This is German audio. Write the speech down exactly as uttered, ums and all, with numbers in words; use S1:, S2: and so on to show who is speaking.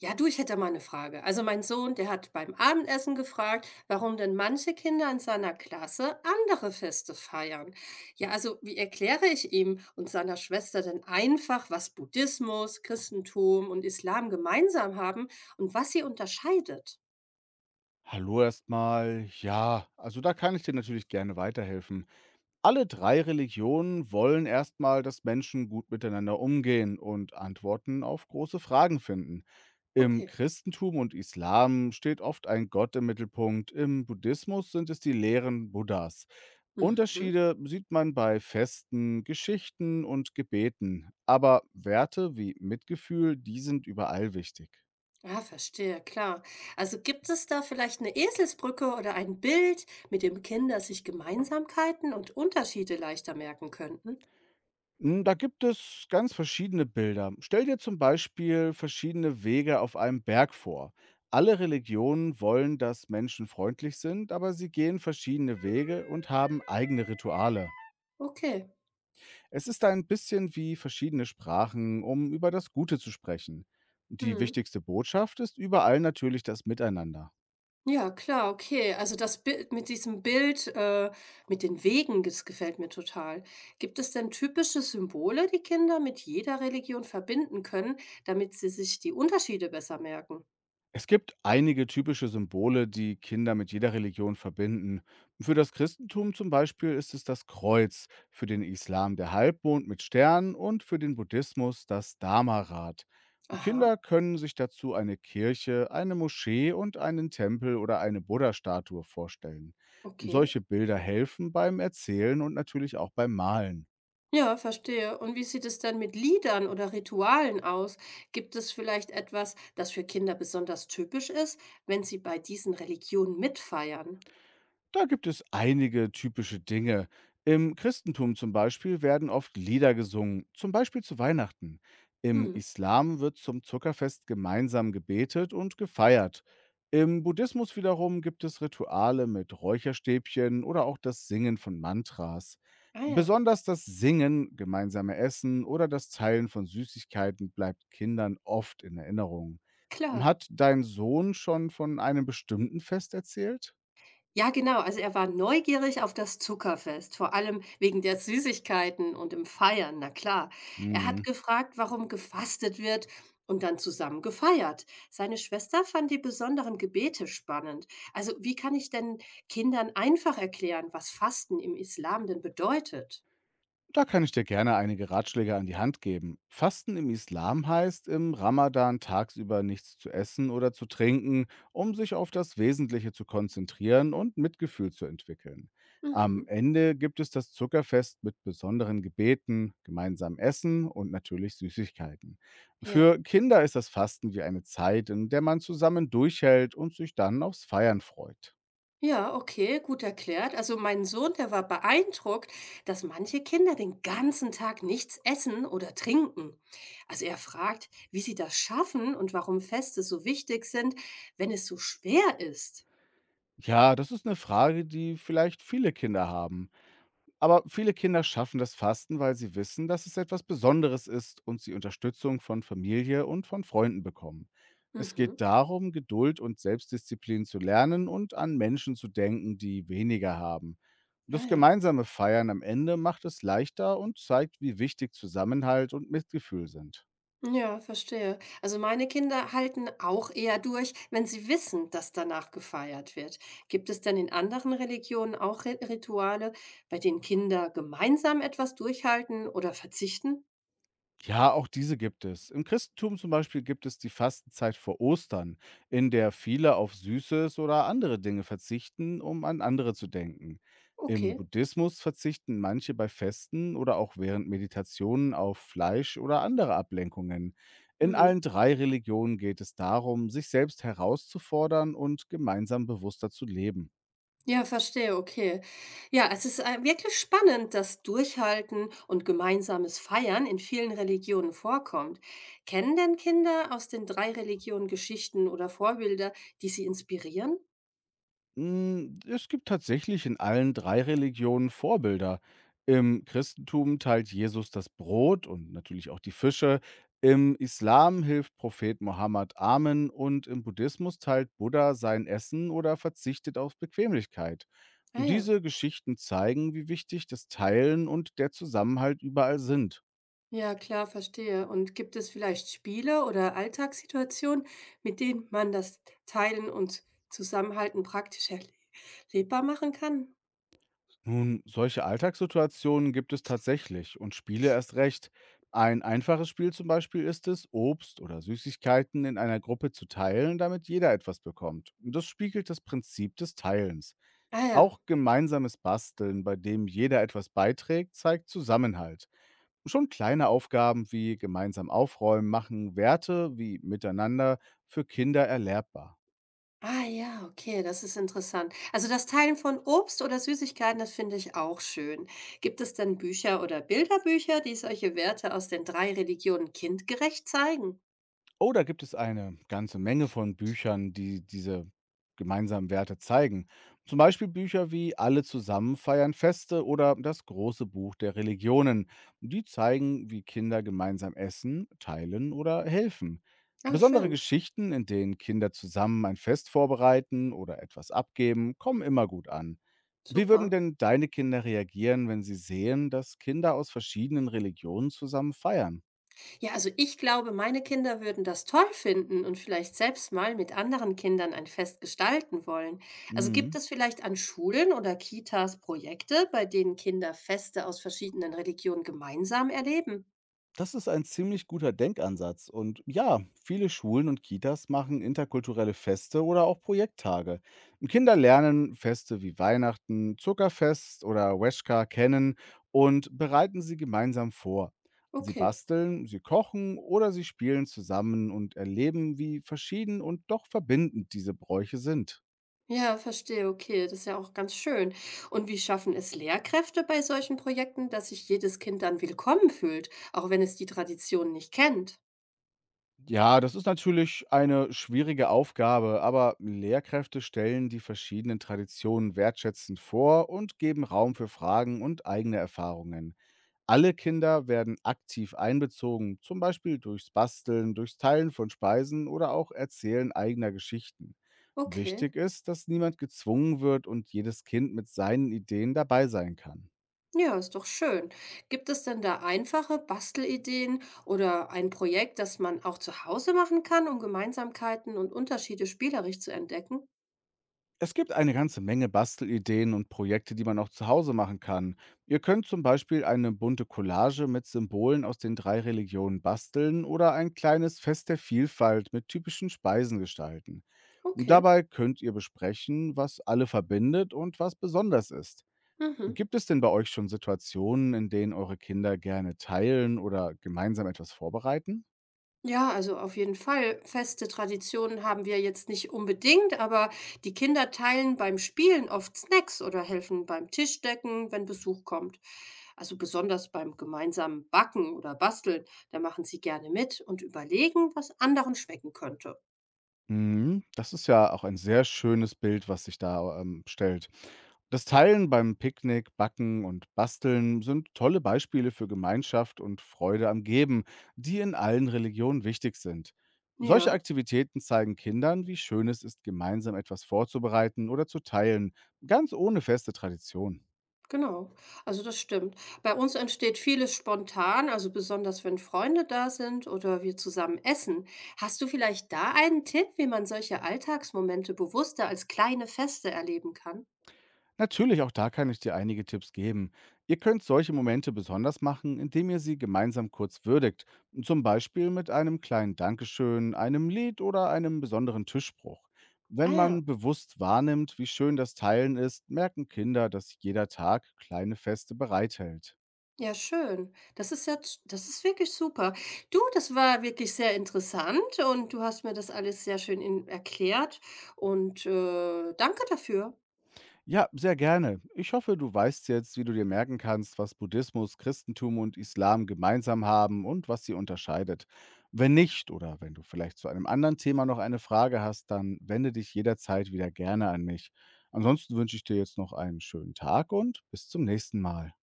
S1: Ja, du, ich hätte da mal eine Frage. Also mein Sohn, der hat beim Abendessen gefragt, warum denn manche Kinder in seiner Klasse andere Feste feiern. Ja, also wie erkläre ich ihm und seiner Schwester denn einfach, was Buddhismus, Christentum und Islam gemeinsam haben und was sie unterscheidet?
S2: Hallo erstmal. Ja, also da kann ich dir natürlich gerne weiterhelfen. Alle drei Religionen wollen erstmal, dass Menschen gut miteinander umgehen und Antworten auf große Fragen finden. Im
S1: Okay.
S2: Christentum und Islam steht oft ein Gott im Mittelpunkt, im Buddhismus sind es die Lehren Buddhas.
S1: Mhm.
S2: Unterschiede sieht man bei Festen, Geschichten und Gebeten, aber Werte wie Mitgefühl, die sind überall wichtig.
S1: Ja, verstehe, klar. Also gibt es da vielleicht eine Eselsbrücke oder ein Bild, mit dem Kinder sich Gemeinsamkeiten und Unterschiede leichter merken könnten?
S2: Hm, da gibt es ganz verschiedene Bilder. Stell dir zum Beispiel verschiedene Wege auf einem Berg vor. Alle Religionen wollen, dass Menschen freundlich sind, aber sie gehen verschiedene Wege und haben eigene Rituale.
S1: Okay.
S2: Es ist ein bisschen wie verschiedene Sprachen, um über das Gute zu sprechen. Die
S1: Mhm.
S2: wichtigste Botschaft ist überall natürlich das Miteinander.
S1: Ja, klar, okay. Also das Bild mit diesem Bild, äh, mit den Wegen, das gefällt mir total. Gibt es denn typische Symbole, die Kinder mit jeder Religion verbinden können, damit sie sich die Unterschiede besser merken?
S2: Es gibt einige typische Symbole, die Kinder mit jeder Religion verbinden. Für das Christentum zum Beispiel ist es das Kreuz, für den Islam der Halbmond mit Stern und für den Buddhismus das Dharma-Rad.
S1: Aha,
S2: Kinder können sich dazu eine Kirche, eine Moschee und einen Tempel oder eine Buddha-Statue vorstellen.
S1: okay.
S2: Solche Bilder helfen beim Erzählen und natürlich auch beim Malen.
S1: Ja, verstehe. Und wie sieht es dann mit Liedern oder Ritualen aus? Gibt es vielleicht etwas, das für Kinder besonders typisch ist, wenn sie bei diesen Religionen mitfeiern?
S2: Da gibt es einige typische Dinge. Im Christentum zum Beispiel werden oft Lieder gesungen, zum Beispiel zu Weihnachten. Im
S1: Hm,
S2: Islam wird zum Zuckerfest gemeinsam gebetet und gefeiert. Im Buddhismus wiederum gibt es Rituale mit Räucherstäbchen oder auch das Singen von Mantras.
S1: ah ja,
S2: Besonders das Singen, gemeinsame Essen oder das Teilen von Süßigkeiten bleibt Kindern oft in Erinnerung.
S1: klar.
S2: Hat dein Sohn schon von einem bestimmten Fest erzählt?
S1: Ja, genau. Also er war neugierig auf das Zuckerfest, vor allem wegen der Süßigkeiten und im Feiern, na klar. Er hat
S2: Mhm.
S1: gefragt, warum gefastet wird und dann zusammen gefeiert. Seine Schwester fand die besonderen Gebete spannend. Also wie kann ich denn Kindern einfach erklären, was Fasten im Islam denn bedeutet?
S2: Da kann ich dir gerne einige Ratschläge an die Hand geben. Fasten im Islam heißt, im Ramadan tagsüber nichts zu essen oder zu trinken, um sich auf das Wesentliche zu konzentrieren und Mitgefühl zu entwickeln. Am
S1: Mhm.
S2: Ende gibt es das Zuckerfest mit besonderen Gebeten, gemeinsam Essen und natürlich Süßigkeiten.
S1: Ja.
S2: Für Kinder ist das Fasten wie eine Zeit, in der man zusammen durchhält und sich dann aufs Feiern freut.
S1: Ja, okay, gut erklärt. Also mein Sohn, der war beeindruckt, dass manche Kinder den ganzen Tag nichts essen oder trinken. Also er fragt, wie sie das schaffen und warum Feste so wichtig sind, wenn es so schwer ist.
S2: Ja, das ist eine Frage, die vielleicht viele Kinder haben. Aber viele Kinder schaffen das Fasten, weil sie wissen, dass es etwas Besonderes ist und sie Unterstützung von Familie und von Freunden bekommen. Es geht
S1: Mhm.
S2: darum, Geduld und Selbstdisziplin zu lernen und an Menschen zu denken, die weniger haben.
S1: Ah
S2: Das
S1: ja.
S2: gemeinsame Feiern am Ende macht es leichter und zeigt, wie wichtig Zusammenhalt und Mitgefühl sind.
S1: Ja, verstehe. Also meine Kinder halten auch eher durch, wenn sie wissen, dass danach gefeiert wird. Gibt es denn in anderen Religionen auch Ri- Rituale, bei denen Kinder gemeinsam etwas durchhalten oder verzichten?
S2: Ja, auch diese gibt es. Im Christentum zum Beispiel gibt es die Fastenzeit vor Ostern, in der viele auf Süßes oder andere Dinge verzichten, um an andere zu denken. Im
S1: Okay.
S2: Buddhismus verzichten manche bei Festen oder auch während Meditationen auf Fleisch oder andere Ablenkungen. In
S1: Mhm.
S2: allen drei Religionen geht es darum, sich selbst herauszufordern und gemeinsam bewusster zu leben.
S1: Ja, verstehe, okay. Ja, es ist äh, wirklich spannend, dass Durchhalten und gemeinsames Feiern in vielen Religionen vorkommt. Kennen denn Kinder aus den drei Religionen Geschichten oder Vorbilder, die sie inspirieren?
S2: Hm, es gibt tatsächlich in allen drei Religionen Vorbilder. Im Christentum teilt Jesus das Brot und natürlich auch die Fische. Im Islam hilft Prophet Mohammed Armen und im Buddhismus teilt Buddha sein Essen oder verzichtet auf Bequemlichkeit.
S1: Ah
S2: Und
S1: ja.
S2: diese Geschichten zeigen, wie wichtig das Teilen und der Zusammenhalt überall sind.
S1: Ja, klar, verstehe. Und gibt es vielleicht Spiele oder Alltagssituationen, mit denen man das Teilen und Zusammenhalten praktisch erle- erlebbar machen kann?
S2: Nun, solche Alltagssituationen gibt es tatsächlich und Spiele erst recht. Ein einfaches Spiel zum Beispiel ist es, Obst oder Süßigkeiten in einer Gruppe zu teilen, damit jeder etwas bekommt. Und das spiegelt das Prinzip des Teilens.
S1: Ah ja.
S2: Auch gemeinsames Basteln, bei dem jeder etwas beiträgt, zeigt Zusammenhalt. Schon kleine Aufgaben wie gemeinsam aufräumen machen Werte wie miteinander für Kinder erlernbar.
S1: Ah ja, okay, das ist interessant. Also das Teilen von Obst oder Süßigkeiten, das finde ich auch schön. Gibt es denn Bücher oder Bilderbücher, die solche Werte aus den drei Religionen kindgerecht zeigen?
S2: Oh, da gibt es eine ganze Menge von Büchern, die diese gemeinsamen Werte zeigen. Zum Beispiel Bücher wie Alle zusammen feiern Feste oder Das große Buch der Religionen. Die zeigen, wie Kinder gemeinsam essen, teilen oder helfen.
S1: Ah,
S2: Besondere
S1: schön.
S2: Geschichten, in denen Kinder zusammen ein Fest vorbereiten oder etwas abgeben, kommen immer gut an. Wie würden
S1: Super.
S2: denn deine Kinder reagieren, wenn sie sehen, dass Kinder aus verschiedenen Religionen zusammen feiern?
S1: Ja, also ich glaube, meine Kinder würden das toll finden und vielleicht selbst mal mit anderen Kindern ein Fest gestalten wollen. Also gibt
S2: Mhm.
S1: es vielleicht an Schulen oder Kitas Projekte, bei denen Kinder Feste aus verschiedenen Religionen gemeinsam erleben?
S2: Das ist ein ziemlich guter Denkansatz. Und ja, viele Schulen und Kitas machen interkulturelle Feste oder auch Projekttage. Kinder lernen Feste wie Weihnachten, Zuckerfest oder Weshka kennen und bereiten sie gemeinsam vor. Sie
S1: Okay.
S2: basteln, sie kochen oder sie spielen zusammen und erleben, wie verschieden und doch verbindend diese Bräuche sind.
S1: Ja, verstehe, okay, das ist ja auch ganz schön. Und wie schaffen es Lehrkräfte bei solchen Projekten, dass sich jedes Kind dann willkommen fühlt, auch wenn es die Tradition nicht kennt?
S2: Ja, das ist natürlich eine schwierige Aufgabe, aber Lehrkräfte stellen die verschiedenen Traditionen wertschätzend vor und geben Raum für Fragen und eigene Erfahrungen. Alle Kinder werden aktiv einbezogen, zum Beispiel durchs Basteln, durchs Teilen von Speisen oder auch Erzählen eigener Geschichten.
S1: Okay,
S2: Wichtig ist, dass niemand gezwungen wird und jedes Kind mit seinen Ideen dabei sein kann.
S1: ja, ist doch schön. Gibt es denn da einfache Bastelideen oder ein Projekt, das man auch zu Hause machen kann, um Gemeinsamkeiten und Unterschiede spielerisch zu entdecken?
S2: Es gibt eine ganze Menge Bastelideen und Projekte, die man auch zu Hause machen kann. Ihr könnt zum Beispiel eine bunte Collage mit Symbolen aus den drei Religionen basteln oder ein kleines Fest der Vielfalt mit typischen Speisen gestalten. Und
S1: Okay.
S2: dabei könnt ihr besprechen, was alle verbindet und was besonders ist.
S1: Mhm.
S2: Gibt es denn bei euch schon Situationen, in denen eure Kinder gerne teilen oder gemeinsam etwas vorbereiten?
S1: Ja, also auf jeden Fall. Feste Traditionen haben wir jetzt nicht unbedingt, aber die Kinder teilen beim Spielen oft Snacks oder helfen beim Tischdecken, wenn Besuch kommt. Also besonders beim gemeinsamen Backen oder Basteln, da machen sie gerne mit und überlegen, was anderen schmecken könnte.
S2: Mhm. Das ist ja auch ein sehr schönes Bild, was sich da ähm, stellt. Das Teilen beim Picknick, Backen und Basteln sind tolle Beispiele für Gemeinschaft und Freude am Geben, die in allen Religionen wichtig sind. Solche
S1: Ja.
S2: Aktivitäten zeigen Kindern, wie schön es ist, gemeinsam etwas vorzubereiten oder zu teilen, ganz ohne feste Tradition.
S1: Genau, also das stimmt. Bei uns entsteht vieles spontan, also besonders wenn Freunde da sind oder wir zusammen essen. Hast du vielleicht da einen Tipp, wie man solche Alltagsmomente bewusster als kleine Feste erleben kann?
S2: Natürlich, auch da kann ich dir einige Tipps geben. Ihr könnt solche Momente besonders machen, indem ihr sie gemeinsam kurz würdigt. Zum Beispiel mit einem kleinen Dankeschön, einem Lied oder einem besonderen Tischspruch.
S1: Ah
S2: Wenn
S1: ja.
S2: man bewusst wahrnimmt, wie schön das Teilen ist, merken Kinder, dass jeder Tag kleine Feste bereithält.
S1: Ja, schön. Das ist jetzt, das ist wirklich super. Du, das war wirklich sehr interessant und du hast mir das alles sehr schön in, erklärt und äh, danke dafür.
S2: Ja, sehr gerne. Ich hoffe, du weißt jetzt, wie du dir merken kannst, was Buddhismus, Christentum und Islam gemeinsam haben und was sie unterscheidet. Wenn nicht oder wenn du vielleicht zu einem anderen Thema noch eine Frage hast, dann wende dich jederzeit wieder gerne an mich. Ansonsten wünsche ich dir jetzt noch einen schönen Tag und bis zum nächsten Mal.